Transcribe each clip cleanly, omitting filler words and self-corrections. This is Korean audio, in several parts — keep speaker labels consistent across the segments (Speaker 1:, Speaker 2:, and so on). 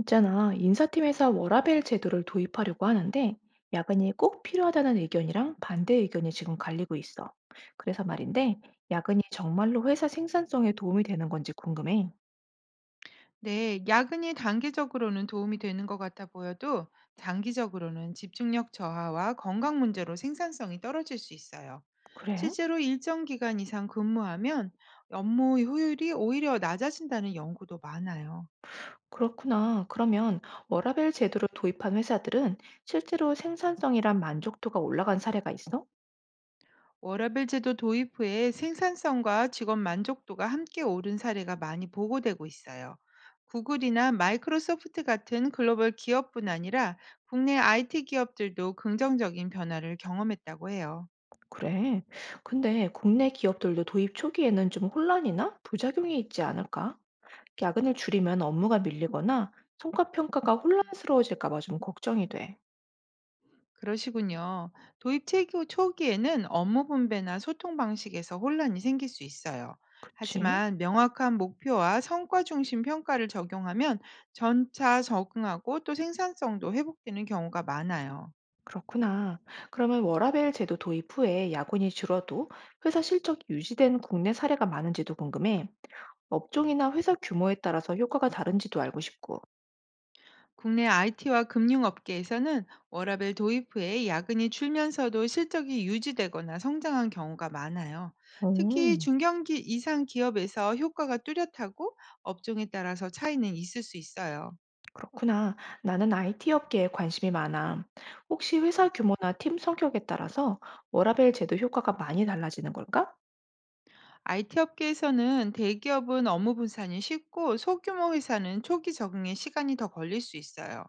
Speaker 1: 있잖아, 인사팀에서 워라밸 제도를 도입하려고 하는데 야근이 꼭 필요하다는 의견이랑 반대 의견이 지금 갈리고 있어. 그래서 말인데 야근이 정말로 회사 생산성에 도움이 되는 건지 궁금해.
Speaker 2: 네, 야근이 단기적으로는 도움이 되는 것 같아 보여도 장기적으로는 집중력 저하와 건강 문제로 생산성이 떨어질 수 있어요.
Speaker 1: 그래?
Speaker 2: 실제로 일정 기간 이상 근무하면 업무 효율이 오히려 낮아진다는 연구도 많아요.
Speaker 1: 그렇구나. 그러면 워라밸 제도를 도입한 회사들은 실제로 생산성이란 만족도가 올라간 사례가 있어?
Speaker 2: 워라밸 제도 도입 후에 생산성과 직원 만족도가 함께 오른 사례가 많이 보고되고 있어요. 구글이나 마이크로소프트 같은 글로벌 기업뿐 아니라 국내 IT 기업들도 긍정적인 변화를 경험했다고 해요.
Speaker 1: 그래. 근데 국내 기업들도 도입 초기에는 좀 혼란이나 부작용이 있지 않을까? 야근을 줄이면 업무가 밀리거나 성과 평가가 혼란스러워질까 봐 좀 걱정이 돼.
Speaker 2: 그러시군요. 도입 체교 초기에는 업무 분배나 소통 방식에서 혼란이 생길 수 있어요.
Speaker 1: 그치?
Speaker 2: 하지만 명확한 목표와 성과 중심 평가를 적용하면 점차 적응하고 또 생산성도 회복되는 경우가 많아요.
Speaker 1: 그렇구나. 그러면 워라밸 제도 도입 후에 야근이 줄어도 회사 실적이 유지된 국내 사례가 많은지도 궁금해. 업종이나 회사 규모에 따라서 효과가 다른지도 알고 싶고.
Speaker 2: 국내 IT와 금융업계에서는 워라벨 도입 후에 야근이 줄면서도 실적이 유지되거나 성장한 경우가 많아요.
Speaker 1: 오,
Speaker 2: 특히 중견기 이상 기업에서 효과가 뚜렷하고 업종에 따라서 차이는 있을 수 있어요.
Speaker 1: 그렇구나. 나는 IT 업계에 관심이 많아. 혹시 회사 규모나 팀 성격에 따라서 워라밸 제도 효과가 많이 달라지는 걸까?
Speaker 2: IT 업계에서는 대기업은 업무 분산이 쉽고 소규모 회사는 초기 적응에 시간이 더 걸릴 수 있어요.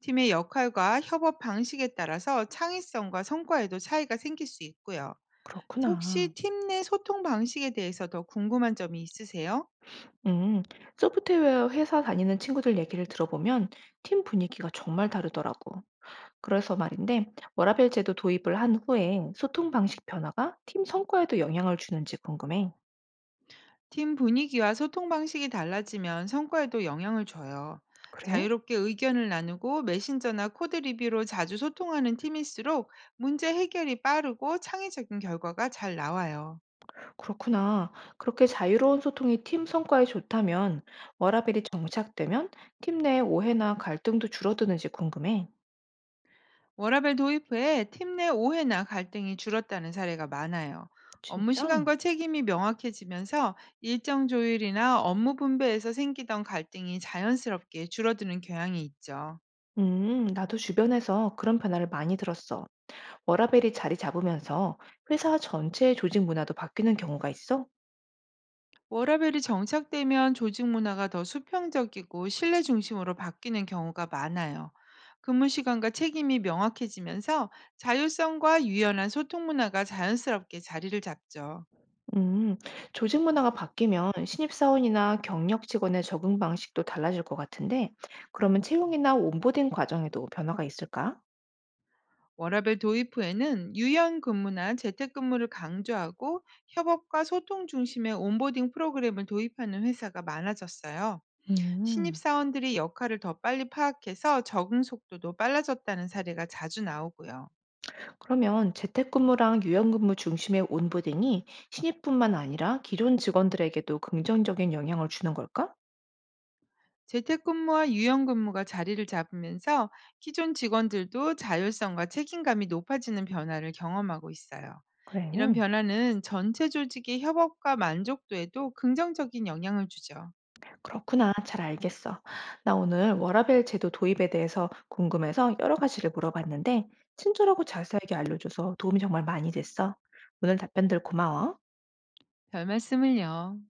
Speaker 2: 팀의 역할과 협업 방식에 따라서 창의성과 성과에도 차이가 생길 수 있고요. 혹시
Speaker 1: 그렇구나.
Speaker 2: 팀 내 소통 방식에 대해서 더 궁금한 점이 있으세요?
Speaker 1: 음, 소프트웨어 회사 다니는 친구들 얘기를 들어보면 팀 분위기가 정말 다르더라고. 그래서 말인데, 워라밸 제도 도입을 한 후에 소통 방식 변화가 팀 성과에도 영향을 주는지 궁금해.
Speaker 2: 팀 분위기와 소통 방식이 달라지면 성과에도 영향을 줘요.
Speaker 1: 그래?
Speaker 2: 자유롭게 의견을 나누고 메신저나 코드 리뷰로 자주 소통하는 팀일수록 문제 해결이 빠르고 창의적인 결과가 잘 나와요.
Speaker 1: 그렇구나. 그렇게 자유로운 소통이 팀 성과에 좋다면, 워라밸이 정착되면 팀 내 오해나 갈등도 줄어드는지 궁금해.
Speaker 2: 워라밸 도입 후에 팀 내 오해나 갈등이 줄었다는 사례가 많아요. 업무
Speaker 1: 진짜?
Speaker 2: 시간과 책임이 명확해지면서 일정 조율이나 업무 분배에서 생기던 갈등이 자연스럽게 줄어드는 경향이 있죠.
Speaker 1: 나도 주변에서 그런 변화를 많이 들었어. 워라밸이 자리 잡으면서 회사 전체의 조직 문화도 바뀌는 경우가 있어?
Speaker 2: 워라밸이 정착되면 조직 문화가 더 수평적이고 신뢰 중심으로 바뀌는 경우가 많아요. 근무 시간과 책임이 명확해지면서 자율성과 유연한 소통 문화가 자연스럽게 자리를 잡죠.
Speaker 1: 음, 조직 문화가 바뀌면 신입사원이나 경력 직원의 적응 방식도 달라질 것 같은데, 그러면 채용이나 온보딩 과정에도 변화가 있을까?
Speaker 2: 워라밸 도입 후에는 유연 근무나 재택근무를 강조하고 협업과 소통 중심의 온보딩 프로그램을 도입하는 회사가 많아졌어요.
Speaker 1: 음,
Speaker 2: 신입사원들이 역할을 더 빨리 파악해서 적응 속도도 빨라졌다는 사례가 자주 나오고요.
Speaker 1: 그러면 재택근무랑 유연근무 중심의 온보딩이 신입뿐만 아니라 기존 직원들에게도 긍정적인 영향을 주는 걸까?
Speaker 2: 재택근무와 유연근무가 자리를 잡으면서 기존 직원들도 자율성과 책임감이 높아지는 변화를 경험하고 있어요.
Speaker 1: 그래.
Speaker 2: 이런 변화는 전체 조직의 협업과 만족도에도 긍정적인 영향을 주죠.
Speaker 1: 그렇구나. 잘 알겠어. 나 오늘 워라밸 제도 도입에 대해서 궁금해서 여러 가지를 물어봤는데, 친절하고 자세하게 알려줘서 도움이 정말 많이 됐어. 오늘 답변들 고마워.
Speaker 2: 별 말씀을요.